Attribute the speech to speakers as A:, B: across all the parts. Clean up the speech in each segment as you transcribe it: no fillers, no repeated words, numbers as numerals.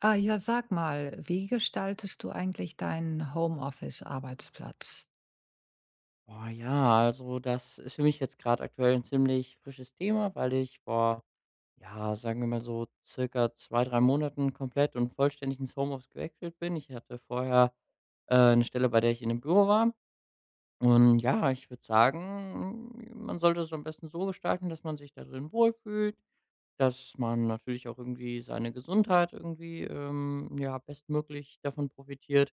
A: Ah, ja, sag mal, wie gestaltest du eigentlich deinen Homeoffice-Arbeitsplatz?
B: Oh ja, also das ist für mich jetzt gerade aktuell ein ziemlich frisches Thema, weil ich vor, ja, sagen wir mal so, circa 2, 3 Monaten komplett und vollständig ins Homeoffice gewechselt bin. Ich hatte vorher, 'ne Stelle, bei der ich in einem Büro war. Und ja, ich würde sagen, man sollte es am besten so gestalten, dass man sich da drin wohlfühlt, dass man natürlich auch irgendwie seine Gesundheit irgendwie, ja, bestmöglich davon profitiert.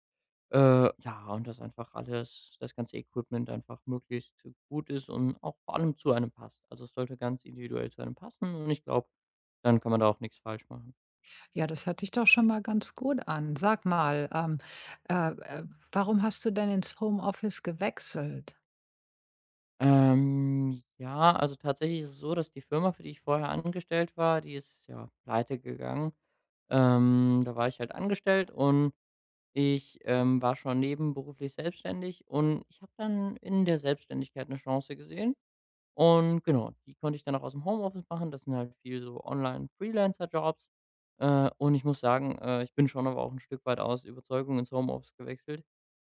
B: Ja, und dass einfach alles das ganze Equipment einfach möglichst gut ist und auch vor allem zu einem passt. Also, es sollte ganz individuell zu einem passen und ich glaube, dann kann man da auch nichts falsch machen.
A: Ja, das hört sich doch schon mal ganz gut an. Sag mal, äh, äh, warum hast du denn ins Homeoffice gewechselt?
B: Ja, also, tatsächlich ist es so, dass die Firma, für die ich vorher angestellt war, die ist, ja, pleite gegangen. Da war ich halt angestellt und ich, war schon nebenberuflich selbstständig und ich habe dann in der Selbstständigkeit eine Chance gesehen und genau, die konnte ich dann auch aus dem Homeoffice machen. Das sind halt viel so Online-Freelancer-Jobs. Und ich muss sagen, ich bin schon aber auch ein Stück weit aus Überzeugung ins Homeoffice gewechselt.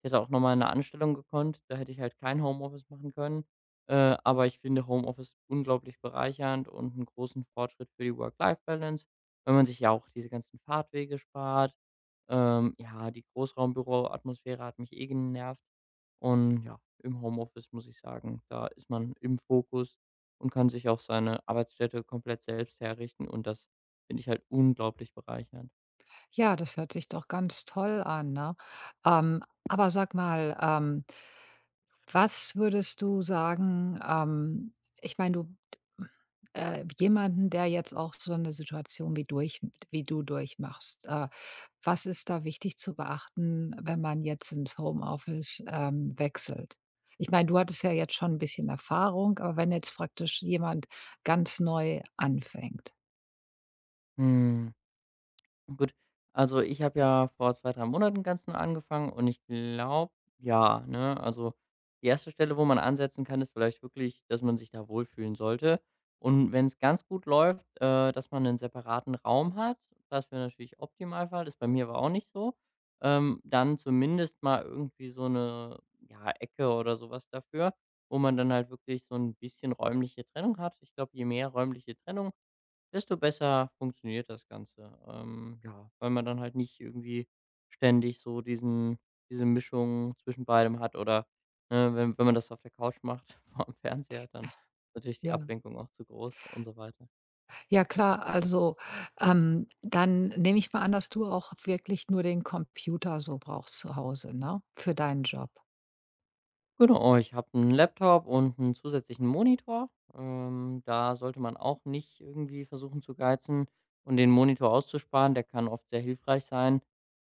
B: Ich hätte auch noch mal in 'ne Anstellung gekonnt, da hätte ich halt kein Homeoffice machen können. Aber ich finde Homeoffice unglaublich bereichernd und einen großen Fortschritt für die Work-Life-Balance, wenn man sich ja auch diese ganzen Fahrtwege spart. Ja, die Großraumbüroatmosphäre hat mich eh genervt. Und ja, im Homeoffice muss ich sagen, da ist man im Fokus und kann sich auch seine Arbeitsstätte komplett selbst herrichten und das finde ich halt unglaublich bereichernd.
A: Ja, das hört sich doch ganz toll an, ne? Ähm, aber sag mal, was würdest du sagen? Ich meine, du jemanden, der jetzt auch so eine Situation wie du durchmachst, was ist da wichtig zu beachten, wenn man jetzt ins Homeoffice, wechselt? Ich meine, du hattest ja jetzt schon ein bisschen Erfahrung, aber wenn jetzt praktisch jemand ganz neu anfängt.
B: Hm. Gut, also ich habe ja vor 2 3 Monaten ganz neu angefangen und ich glaube, ja, ne, also die erste Stelle, wo man ansetzen kann, ist vielleicht wirklich, dass man sich da wohlfühlen sollte. Und wenn es ganz gut läuft, dass man einen separaten Raum hat, das wäre natürlich Optimalfall, das bei mir war auch nicht so. Dann zumindest mal irgendwie so eine, ja, Ecke oder sowas dafür, wo man dann halt wirklich so ein bisschen räumliche Trennung hat. Ich glaube, je mehr räumliche Trennung, desto besser funktioniert das Ganze. Ja, weil man dann halt nicht irgendwie ständig so diese Mischung zwischen beidem hat oder, ne, wenn man das auf der Couch macht vor dem Fernseher, dann ist natürlich die
A: Ja.
B: Ablenkung auch zu groß und so weiter.
A: Ja klar, also, dann nehme ich mal an, dass du auch wirklich nur den Computer so brauchst zu Hause, ne, für deinen Job?
B: Genau, ich habe einen Laptop und einen zusätzlichen Monitor. Da sollte man auch nicht irgendwie versuchen zu geizen und den Monitor auszusparen, der kann oft sehr hilfreich sein.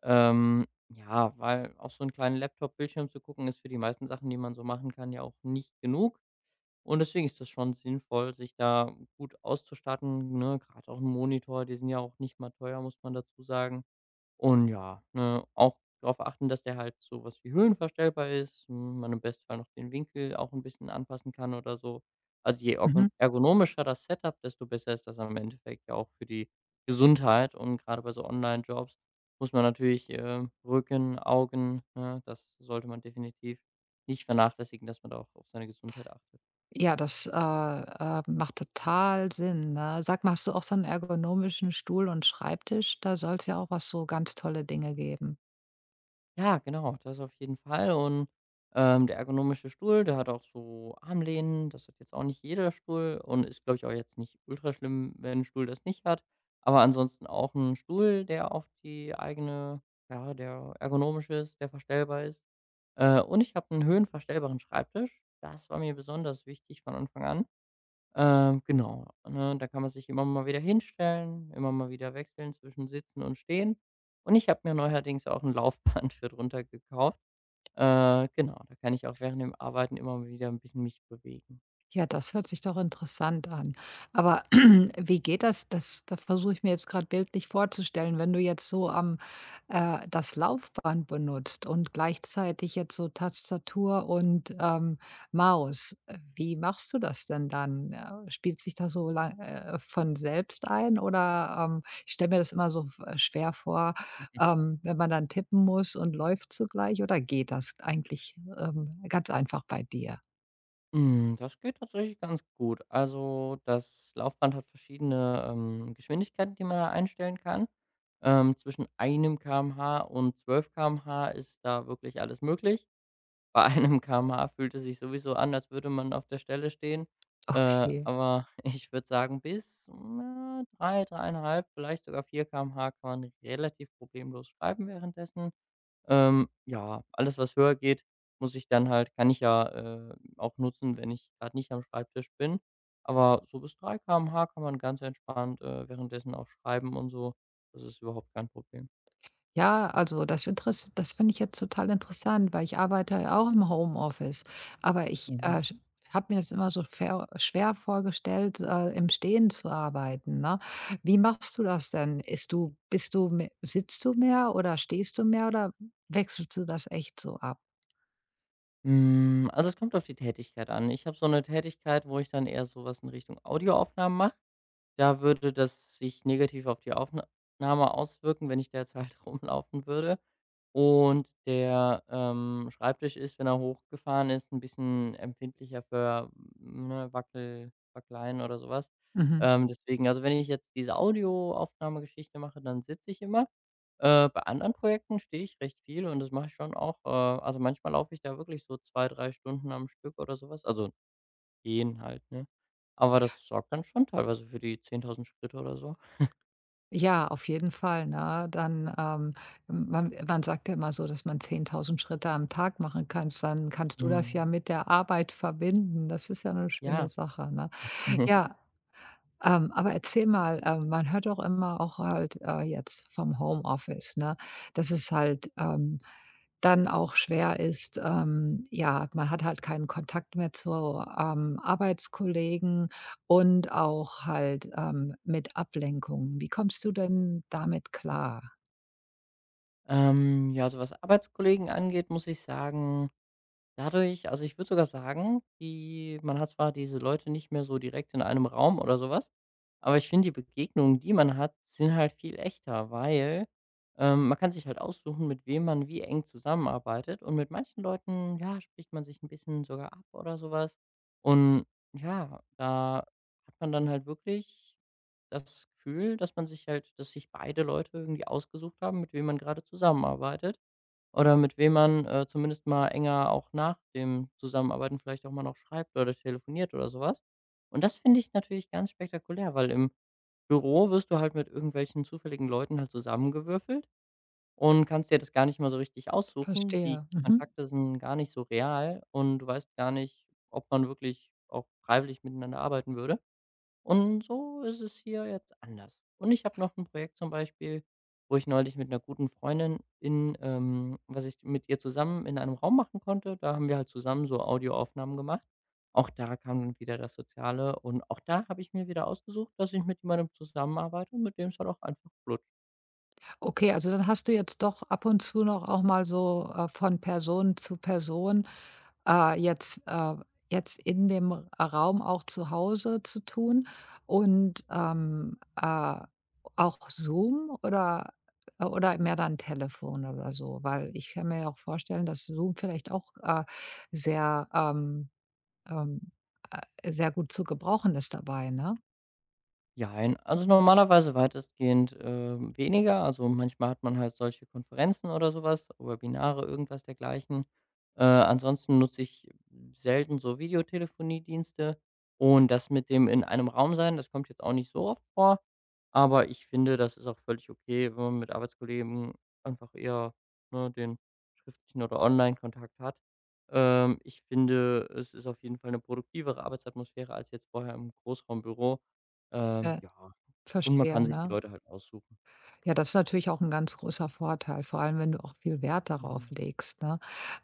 B: Ja, weil auf so 'n kleinen Laptop-Bildschirm zu gucken, ist für die meisten Sachen, die man so machen kann, ja auch nicht genug. Und deswegen ist das schon sinnvoll, sich da gut auszustatten, ne? Grad auch 'n Monitor, die sind ja auch nicht mal teuer, muss man dazu sagen. Und ja, ne, auch darauf achten, dass der halt so was wie höhenverstellbar ist, hm, man im Bestfall noch den Winkel auch ein bisschen anpassen kann oder so. Also, je ergo
A: Mhm.
B: ergonomischer das Setup, desto besser ist das am Endeffekt ja auch für die Gesundheit. Und gerade bei so Online-Jobs muss man natürlich, Rücken, Augen, ne, das sollte man definitiv nicht vernachlässigen, dass man da auch auf seine Gesundheit achtet.
A: Ja, das macht total Sinn, ne? Sag mal, hast du auch so einen ergonomischen Stuhl und Schreibtisch? Da soll es ja auch was so ganz tolle Dinge geben.
B: Ja, genau, das auf jeden Fall. Und, der ergonomische Stuhl, der hat auch so Armlehnen. Das hat jetzt auch nicht jeder Stuhl und ist, glaube ich, auch jetzt nicht ultra schlimm, wenn ein Stuhl das nicht hat. Aber ansonsten auch ein Stuhl, der auf die eigene, ja, der ergonomisch ist, der verstellbar ist. Und ich habe einen höhenverstellbaren Schreibtisch. Das war mir besonders wichtig von Anfang an. Genau, ne? Da kann man sich immer mal wieder hinstellen, immer mal wieder wechseln zwischen Sitzen und Stehen. Und ich habe mir neuerdings auch ein Laufband für drunter gekauft. Genau, da kann ich auch während dem Arbeiten immer mal wieder ein bisschen mich bewegen.
A: Ja, das hört sich doch interessant an. Aber wie geht das? Das versuche ich mir jetzt gerade bildlich vorzustellen, wenn du jetzt so am das Laufband benutzt und gleichzeitig jetzt so Tastatur und Maus. Wie machst du das denn dann? Spielt sich das so lang, von selbst ein? Oder ich stelle mir das immer so schwer vor, wenn man dann tippen muss und läuft zugleich. Oder geht das eigentlich ganz einfach bei dir?
B: Hm, das geht tatsächlich ganz gut. Also, das Laufband hat verschiedene, Geschwindigkeiten, die man da einstellen kann. Zwischen 1 km/h und 12 km/h ist da wirklich alles möglich. Bei 1 km/h fühlt es sich sowieso an, als würde man auf der Stelle stehen.
A: Okay.
B: Aber ich würde sagen, bis, na, 3, 3,5, vielleicht sogar 4 km/h kann man relativ problemlos schreiben währenddessen. Ja, alles, was höher geht, muss ich dann halt kann ich ja, auch nutzen, wenn ich gerade nicht am Schreibtisch bin. Aber so bis 3 km/h kann man ganz entspannt, währenddessen auch schreiben und so. Das ist überhaupt kein Problem.
A: Ja, also das finde ich jetzt total interessant, weil ich arbeite ja auch im Homeoffice, aber ich,
B: Mhm.
A: äh, habe mir das immer so ver schwer vorgestellt, im Stehen zu arbeiten, ne? Wie machst du das denn? Ist du bist du me sitzt du mehr oder stehst du mehr oder wechselst du das echt so ab?
B: Also, es kommt auf die Tätigkeit an. Ich habe so eine Tätigkeit, wo ich dann eher so was in Richtung Audioaufnahmen mache. Da würde das sich negativ auf die Aufna nahme auswirken, wenn ich derzeit rumlaufen würde. Und der, Schreibtisch ist, wenn er hochgefahren ist, ein bisschen empfindlicher für, ne, Wackeleien oder sowas.
A: Mhm.
B: Deswegen also, wenn ich jetzt diese Audioaufnahmegeschichte mache, dann sitze ich immer. Bei anderen Projekten stehe ich recht viel und das mache ich schon auch. Also manchmal laufe ich da wirklich so 2, 3 Stunden am Stück oder sowas. Also gehen halt, ne? Aber das sorgt dann schon teilweise für die 10.000 Schritte oder so.
A: Ja, auf jeden Fall, ne? Dann, man sagt ja immer so, dass man 10.000 Schritte am Tag machen kannst, dann kannst du das
B: Mhm.
A: ja mit der Arbeit verbinden. Das ist ja eine
B: Ja.
A: schöne Sache, ne? Ja, aber erzähl mal, man hört doch immer auch halt, jetzt vom Homeoffice, ne, dass es halt, dann auch schwer ist, ja, man hat halt keinen Kontakt mehr zu, Arbeitskollegen und auch halt, mit Ablenkungen. Wie kommst du denn damit klar?
B: Ja, also was Arbeitskollegen angeht, muss ich sagen. Dadurch also, ich würde sogar sagen, die man hat zwar diese Leute nicht mehr so direkt in einem Raum oder sowas, aber ich finde, die Begegnungen, die man hat, sind halt viel echter, weil, man kann sich halt aussuchen, mit wem man wie eng zusammenarbeitet und mit manchen Leuten, ja, spricht man sich ein bisschen sogar ab oder sowas. Und ja, da hat man dann halt wirklich das Gefühl, dass man sich halt, dass sich beide Leute irgendwie ausgesucht haben, mit wem man gerade zusammenarbeitet oder mit wem man, zumindest mal enger auch nach dem Zusammenarbeiten vielleicht auch mal noch schreibt oder telefoniert oder sowas. Und das finde ich natürlich ganz spektakulär, weil im Büro wirst du halt mit irgendwelchen zufälligen Leuten halt zusammengewürfelt und kannst dir das gar nicht mal so richtig aussuchen. Die
A: Verstehe. Mhm.
B: Kontakte sind gar nicht so real und du weißt gar nicht, ob man wirklich auch freiwillig miteinander arbeiten würde. Und so ist es hier jetzt anders. Und ich habe noch ein Projekt zum Beispiel, wo ich neulich mit einer guten Freundin in was ich mit ihr zusammen in einem Raum machen konnte. Da haben wir halt zusammen so Audioaufnahmen gemacht. Auch da kam dann wieder das Soziale und auch da habe ich mir wieder ausgesucht, dass ich mit jemandem zusammenarbeite, und mit dem es halt auch einfach flutscht.
A: Okay, also dann hast du jetzt doch ab und zu noch auch mal so, von Person zu Person, äh, jetzt äh, jetzt in dem Raum auch zu Hause zu tun und, auch Zoom oder mehr dann Telefon oder so? Weil ich kann mir ja auch vorstellen, dass Zoom vielleicht auch, sehr, ähm, sehr gut zu gebrauchen ist dabei, ne?
B: Jein, also normalerweise weitestgehend, weniger. Also, manchmal hat man halt solche Konferenzen oder sowas was, Webinare, irgendwas dergleichen. Ansonsten nutze ich selten so Videotelefoniedienste und das mit dem in einem Raum sein, das kommt jetzt auch nicht so oft vor, aber ich finde, das ist auch völlig okay, wenn man mit Arbeitskollegen einfach eher, ne, den schriftlichen oder Online Kontakt hat. Ich finde, es ist auf jeden Fall eine produktivere Arbeitsatmosphäre als jetzt vorher im Großraumbüro.
A: Äh,
B: Ja, und man
A: verstehe,
B: kann sich die
A: ne?
B: Leute halt aussuchen.
A: Ja, das ist natürlich auch ein ganz großer Vorteil, vor allem wenn du auch viel Wert darauf
B: Mhm.
A: legst, ne?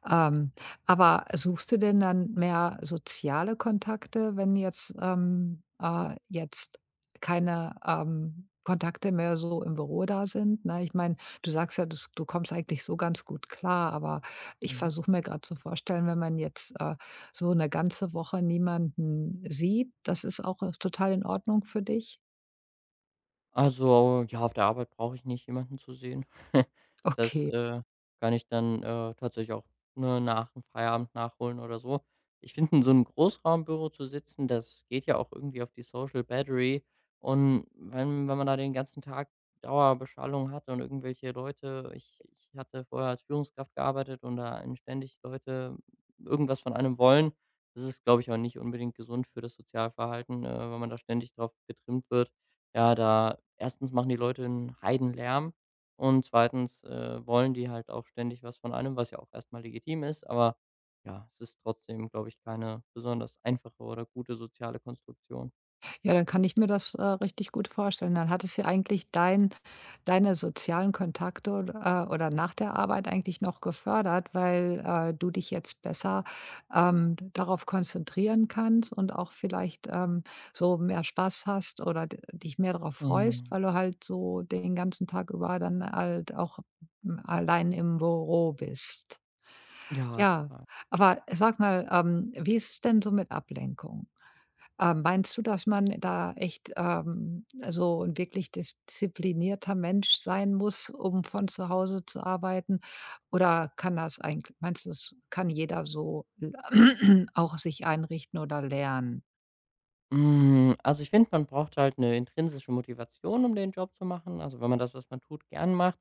A: Ähm, aber suchst du denn dann mehr soziale Kontakte, wenn jetzt, keine, Kontakte mehr so im Büro da sind, ne? Ich meine, du sagst ja, das du kommst eigentlich so ganz gut klar, aber ich
B: Mhm.
A: versuche mir gerade zu vorstellen, wenn man jetzt, so eine ganze Woche niemanden sieht, das ist auch, total in Ordnung für dich?
B: Also, ja, auf der Arbeit brauche ich nicht jemanden zu sehen. Das,
A: Okay.
B: kann ich dann, tatsächlich auch, ne, nach dem Feierabend nachholen oder so. Ich finde, in so 'nem Großraumbüro zu sitzen, das geht ja auch irgendwie auf die Social Battery. Und wenn man da den ganzen Tag Dauerbeschallung hat und irgendwelche Leute ich hatte vorher als Führungskraft gearbeitet und da ständig Leute irgendwas von einem wollen. Das ist, glaube ich, auch nicht unbedingt gesund für das Sozialverhalten, wenn man da ständig drauf getrimmt wird. Ja, da erstens machen die Leute 'n Heidenlärm und zweitens, wollen die halt auch ständig was von einem, was ja auch erstmal legitim ist, aber ja, es ist trotzdem, glaube ich, keine besonders einfache oder gute soziale Konstruktion.
A: Ja, dann kann ich mir das, richtig gut vorstellen. Dann hattest ja eigentlich deine sozialen Kontakte od oder nach der Arbeit eigentlich noch gefördert, weil, du dich jetzt besser, darauf konzentrieren kannst und auch vielleicht, so mehr Spaß hast oder d dich mehr darauf freust,
B: Mhm.
A: weil du halt so den ganzen Tag über dann halt auch, allein im Büro bist.
B: Ja,
A: Ja,
B: total.
A: aber sag mal, wie ist es denn so mit Ablenkung? Meinst du, dass man da echt, so ein wirklich disziplinierter Mensch sein muss, um von zu Hause zu arbeiten? Oder kann das eigentlich? Meinst du, das kann jeder so auch sich einrichten oder lernen?
B: Also ich finde, man braucht halt eine intrinsische Motivation, um den Job zu machen. Also, wenn man das, was man tut, gern macht,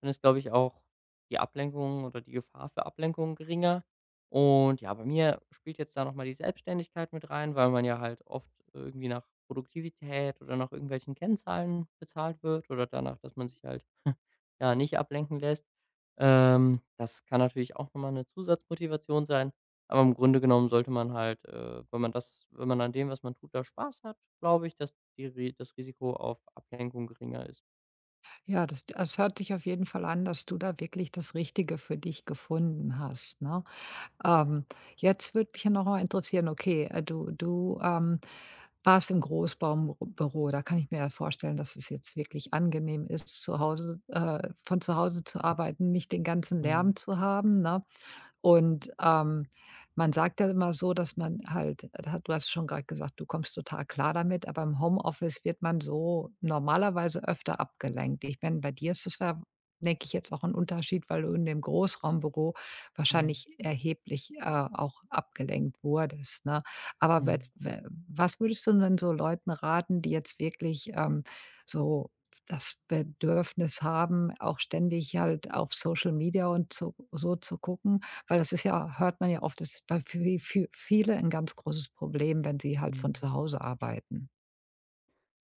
B: dann ist, glaube ich, auch die Ablenkung oder die Gefahr für Ablenkung geringer. Und ja, bei mir spielt jetzt da noch mal die Selbstständigkeit mit rein, weil man ja halt oft irgendwie nach Produktivität oder nach irgendwelchen Kennzahlen bezahlt wird oder danach, dass man sich halt, ja, nicht ablenken lässt. Das kann natürlich auch noch mal 'ne Zusatzmotivation sein. Aber im Grunde genommen sollte man halt, wenn man an dem, was man tut, da Spaß hat, glaube ich, dass die Ri das Risiko auf Ablenkung geringer ist.
A: Ja, das das hört sich auf jeden Fall an, dass du da wirklich das Richtige für dich gefunden hast, ne? Ähm, jetzt würde mich ja noch mal interessieren, okay, warst im Großbaumbüro. Da kann ich mir ja vorstellen, dass es jetzt wirklich angenehm ist, zu Hause von zu Hause zu arbeiten, nicht den ganzen
B: Mhm,
A: Lärm zu haben, ne? Und, man sagt ja immer so, dass man halt da hat du hast schon gerade gesagt, du kommst total klar damit, aber im Homeoffice wird man so normalerweise öfter abgelenkt. Ich meine, bei dir ist das, ja, denke ich, jetzt auch ein Unterschied, weil du in dem Großraumbüro
B: mhm,
A: wahrscheinlich erheblich, auch abgelenkt wurdest, ne? Aber wet
B: mhm,
A: we was würdest du denn so Leuten raten, die jetzt wirklich, so das Bedürfnis haben, auch ständig halt auf Social Media und zu gucken, weil das ist ja, hört man ja oft, das ist bei vi vi viele ein ganz großes Problem, wenn sie halt von
B: mhm.
A: zu Hause arbeiten.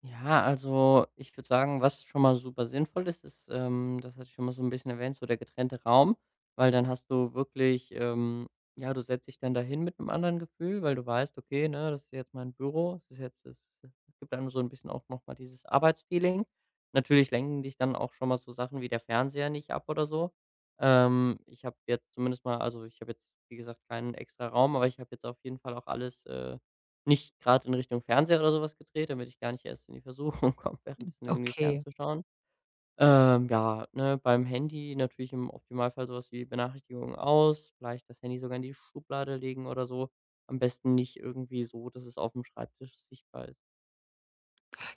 B: Ja, also ich würde sagen, was schon mal super sinnvoll ist, ist, das hatte ich schon mal so ein bisschen erwähnt, so der getrennte Raum, weil dann hast du wirklich, ja, du setzt dich dann dahin mit einem anderen Gefühl, weil du weißt: „Okay, ne, das ist jetzt mein Büro, das ist jetzt das gibt einem so ein bisschen auch noch mal dieses Arbeitsfeeling.“ Natürlich lenken dich dann auch schon mal so Sachen wie der Fernseher nicht ab oder so. Ich habe jetzt zumindest mal also, ich habe jetzt, wie gesagt, keinen extra Raum, aber ich habe jetzt auf jeden Fall auch alles, nicht gerade in Richtung Fernseher oder sowas gedreht, damit ich gar nicht erst in die Versuchung komme, währenddessen irgendwie
A: Okay,
B: fernzuschauen. Ja, ne, beim Handy natürlich im Optimalfall so was wie Benachrichtigungen aus, vielleicht das Handy sogar in die Schublade legen oder so. Am besten nicht irgendwie so, dass es auf dem Schreibtisch sichtbar ist.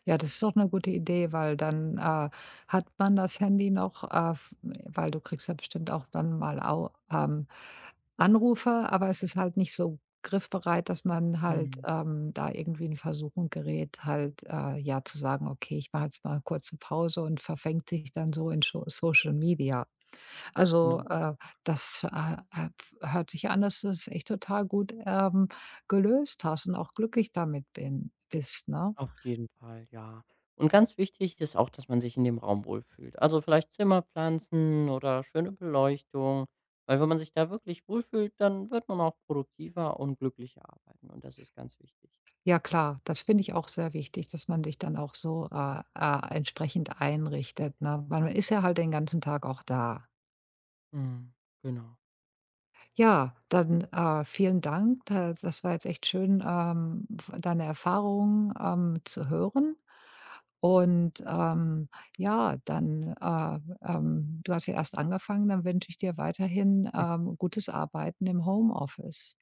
A: ja, das ist doch eine gute Idee, weil dann, hat man das Handy noch, f weil du kriegst ja bestimmt auch dann mal au Anrufe, aber es ist halt nicht so griffbereit, dass man halt,
B: Mhm.
A: da irgendwie in Versuchung gerät, halt, ja, zu sagen: „Okay, ich mache jetzt mal eine kurze Pause“ und verfängt sich dann so in Scho Social Media. Also,
B: Genau.
A: das, f hört sich an, dass du es echt total gut, gelöst hast und auch glücklich damit bin bist, ne?
B: Auf jeden Fall, ja. Und ganz wichtig ist auch, dass man sich in dem Raum wohlfühlt. Also vielleicht Zimmerpflanzen oder schöne Beleuchtung. Weil wenn man sich da wirklich wohlfühlt, dann wird man auch produktiver und glücklicher arbeiten. Und das ist ganz wichtig.
A: Ja klar, das finde ich auch sehr wichtig, dass man sich dann auch so, entsprechend einrichtet, ne? Weil man ist ja halt den ganzen Tag auch da.
B: Mhm, genau.
A: Ja, dann, vielen Dank. Da Das war jetzt echt schön, v deine Erfahrungen, zu hören. Und, ja, dann, äh, du hast ja erst angefangen, dann wünsche ich dir weiterhin,
B: Hm.
A: gutes Arbeiten im Homeoffice.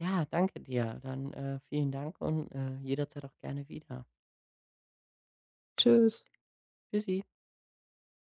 B: Ja, danke dir. Dann vielen Dank und jederzeit auch gerne wieder.
A: Tschüss.
B: Tschüssi.